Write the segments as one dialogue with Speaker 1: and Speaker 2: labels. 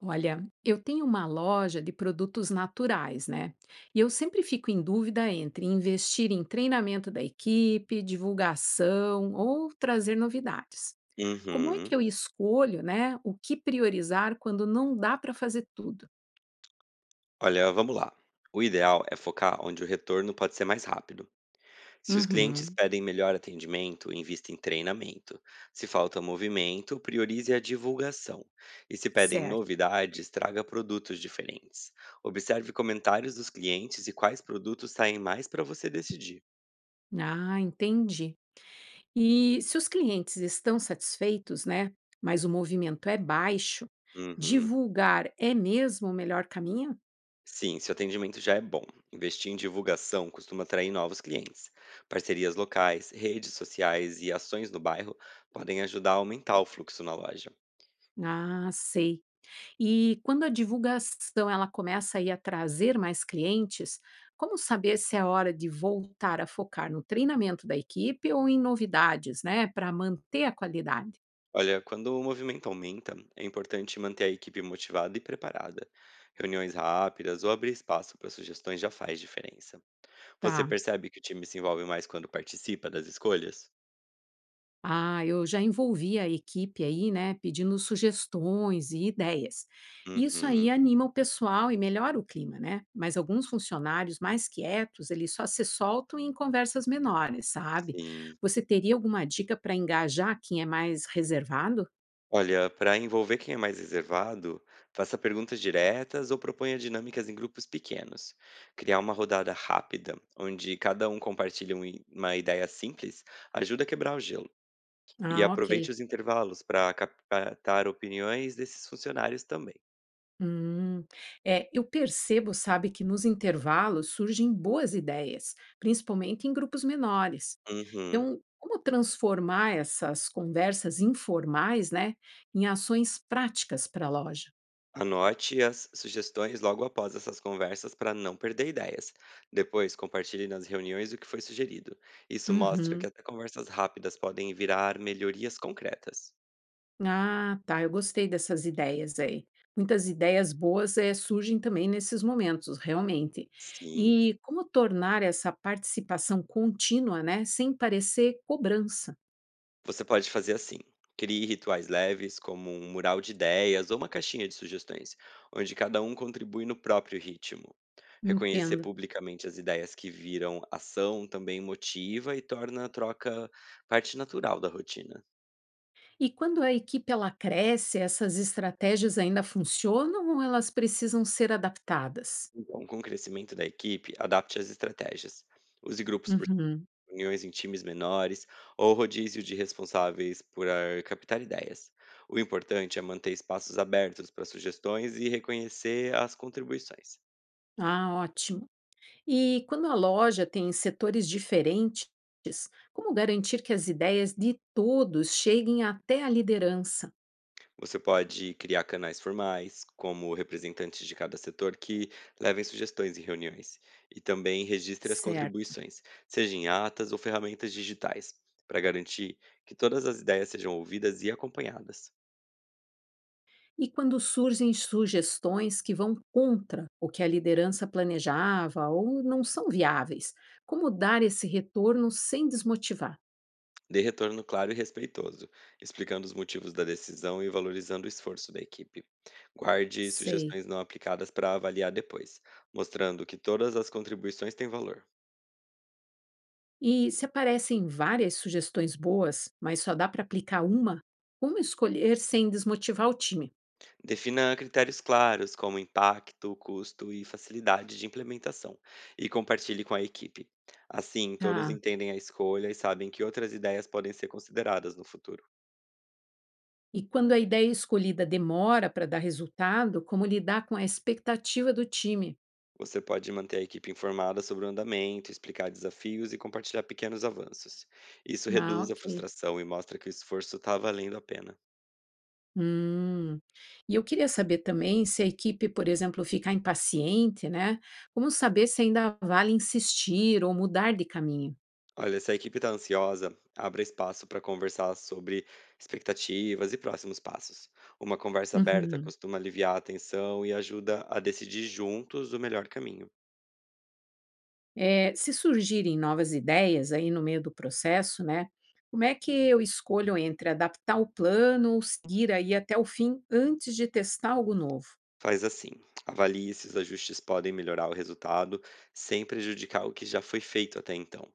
Speaker 1: Olha, eu tenho uma loja de produtos naturais, né? E eu sempre fico em dúvida entre investir em treinamento da equipe, divulgação ou trazer novidades. Como é que
Speaker 2: Uhum.
Speaker 1: eu escolho, né, o que priorizar quando não dá para fazer tudo?
Speaker 2: Olha, vamos lá. O ideal é focar onde o retorno pode ser mais rápido. Se os clientes
Speaker 1: Uhum.
Speaker 2: pedem melhor atendimento, invista em treinamento. Se falta movimento, priorize a divulgação. E se pedem
Speaker 1: Certo.
Speaker 2: novidades, traga produtos diferentes. Observe comentários dos clientes e quais produtos saem mais para você decidir.
Speaker 1: Ah, entendi. E se os clientes estão satisfeitos, né, mas o movimento é baixo,
Speaker 2: Uhum.
Speaker 1: divulgar é mesmo o melhor caminho?
Speaker 2: Sim, se o atendimento já é bom, investir em divulgação costuma atrair novos clientes. Parcerias locais, redes sociais e ações no bairro podem ajudar a aumentar o fluxo na loja.
Speaker 1: Ah, sei. E quando a divulgação ela começa aí a trazer mais clientes, como saber se é hora de voltar a focar no treinamento da equipe ou em novidades, né, para manter a qualidade?
Speaker 2: Olha, quando o movimento aumenta, é importante manter a equipe motivada e preparada. Reuniões rápidas ou abrir espaço para sugestões já faz diferença. Você
Speaker 1: Tá.
Speaker 2: percebe que o time se envolve mais quando participa das escolhas?
Speaker 1: Ah, eu já envolvi a equipe aí, né, pedindo sugestões e ideias. Isso aí
Speaker 2: Uhum,
Speaker 1: anima o pessoal e melhora o clima, né? Mas alguns funcionários mais quietos, eles só se soltam em conversas menores, sabe?
Speaker 2: sim.
Speaker 1: Você teria alguma dica para engajar quem é mais reservado?
Speaker 2: Olha, para envolver quem é mais reservado, faça perguntas diretas ou proponha dinâmicas em grupos pequenos. Criar uma rodada rápida, onde cada um compartilha uma ideia simples, ajuda a quebrar o gelo. E
Speaker 1: Ah, ok.
Speaker 2: aproveite os intervalos para captar opiniões desses funcionários também.
Speaker 1: Hum. É, eu percebo, sabe, que nos intervalos surgem boas ideias, principalmente em grupos menores.
Speaker 2: Uhum.
Speaker 1: Então, como transformar essas conversas informais, né, em ações práticas para a loja?
Speaker 2: Anote as sugestões logo após essas conversas para não perder ideias. Depois, compartilhe nas reuniões o que foi sugerido. Isso mostra que
Speaker 1: Uhum.
Speaker 2: até conversas rápidas podem virar melhorias concretas.
Speaker 1: Ah, tá. Eu gostei dessas ideias aí. Muitas ideias boas surgem também nesses momentos, realmente.
Speaker 2: Sim.
Speaker 1: E como tornar essa participação contínua, né, sem parecer cobrança?
Speaker 2: Você pode fazer assim: crie rituais leves, como um mural de ideias ou uma caixinha de sugestões, onde cada um contribui no próprio ritmo. Reconhecer
Speaker 1: Entendo.
Speaker 2: publicamente as ideias que viram ação também motiva e torna a troca parte natural da rotina.
Speaker 1: E quando a equipe ela cresce, essas estratégias ainda funcionam ou elas precisam ser adaptadas?
Speaker 2: Então, com o crescimento da equipe, adapte as estratégias. Use grupos por
Speaker 1: Uhum.
Speaker 2: reuniões em times menores ou rodízio de responsáveis por captar ideias. O importante é manter espaços abertos para sugestões e reconhecer as contribuições.
Speaker 1: Ah, ótimo. E quando a loja tem setores diferentes, como garantir que as ideias de todos cheguem até a liderança?
Speaker 2: Você pode criar canais formais, como representantes de cada setor que levem sugestões em reuniões, e também registre as
Speaker 1: Certo.
Speaker 2: contribuições, seja em atas ou ferramentas digitais, para garantir que todas as ideias sejam ouvidas e acompanhadas.
Speaker 1: E quando surgem sugestões que vão contra o que a liderança planejava ou não são viáveis, como dar esse retorno sem desmotivar?
Speaker 2: Dê retorno claro e respeitoso, explicando os motivos da decisão e valorizando o esforço da equipe. Guarde
Speaker 1: Sei.
Speaker 2: sugestões não aplicadas para avaliar depois, mostrando que todas as contribuições têm valor.
Speaker 1: E se aparecem várias sugestões boas, mas só dá para aplicar uma, como escolher sem desmotivar o time?
Speaker 2: Defina critérios claros, como impacto, custo e facilidade de implementação, e compartilhe com a equipe. Assim, todos
Speaker 1: Tá.
Speaker 2: entendem a escolha e sabem que outras ideias podem ser consideradas no futuro.
Speaker 1: E quando a ideia escolhida demora para dar resultado, como lidar com a expectativa do time?
Speaker 2: Você pode manter a equipe informada sobre o andamento, explicar desafios e compartilhar pequenos avanços. Isso
Speaker 1: Ah,
Speaker 2: reduz a
Speaker 1: ok.
Speaker 2: frustração e mostra que o esforço está valendo a pena.
Speaker 1: Hum. E eu queria saber também se a equipe, por exemplo, ficar impaciente, né? Como saber se ainda vale insistir ou mudar de caminho?
Speaker 2: Olha, se a equipe está ansiosa, abra espaço para conversar sobre expectativas e próximos passos. Uma conversa aberta
Speaker 1: Uhum.
Speaker 2: costuma aliviar a tensão e ajuda a decidir juntos o melhor caminho.
Speaker 1: Se surgirem novas ideias aí no meio do processo, né, como é que eu escolho entre adaptar o plano ou seguir aí até o fim antes de testar algo novo?
Speaker 2: Faz assim: avalie se os ajustes podem melhorar o resultado sem prejudicar o que já foi feito até então.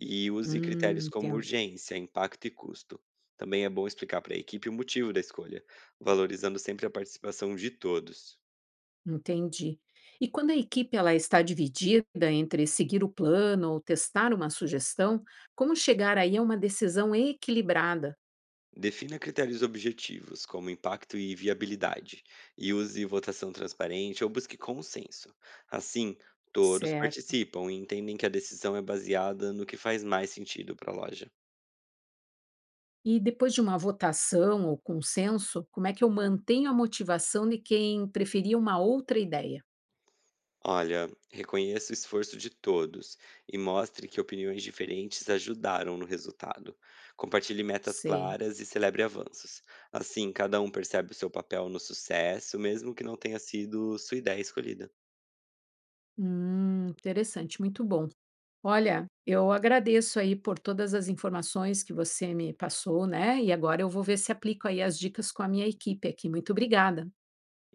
Speaker 2: E use critérios como
Speaker 1: Entendo,
Speaker 2: urgência, impacto e custo. Também é bom explicar para a equipe o motivo da escolha, valorizando sempre a participação de todos.
Speaker 1: entendi. E quando a equipe ela está dividida entre seguir o plano ou testar uma sugestão, como chegar aí a uma decisão equilibrada?
Speaker 2: Defina critérios objetivos, como impacto e viabilidade, e use votação transparente ou busque consenso. Assim, todos
Speaker 1: Certo.
Speaker 2: participam e entendem que a decisão é baseada no que faz mais sentido para a loja.
Speaker 1: E depois de uma votação ou consenso, como é que eu mantenho a motivação de quem preferia uma outra ideia?
Speaker 2: Olha, reconheça o esforço de todos e mostre que opiniões diferentes ajudaram no resultado. Compartilhe metas
Speaker 1: Sei.
Speaker 2: claras e celebre avanços. Assim, cada um percebe o seu papel no sucesso, mesmo que não tenha sido sua ideia escolhida.
Speaker 1: Interessante, muito bom. Olha, eu agradeço aí por todas as informações que você me passou, né? E agora eu vou ver se aplico aí as dicas com a minha equipe aqui. Muito obrigada.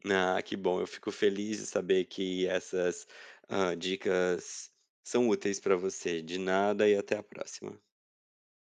Speaker 2: Ah, que bom, eu fico feliz de saber que essas dicas são úteis para você. De nada e até a próxima.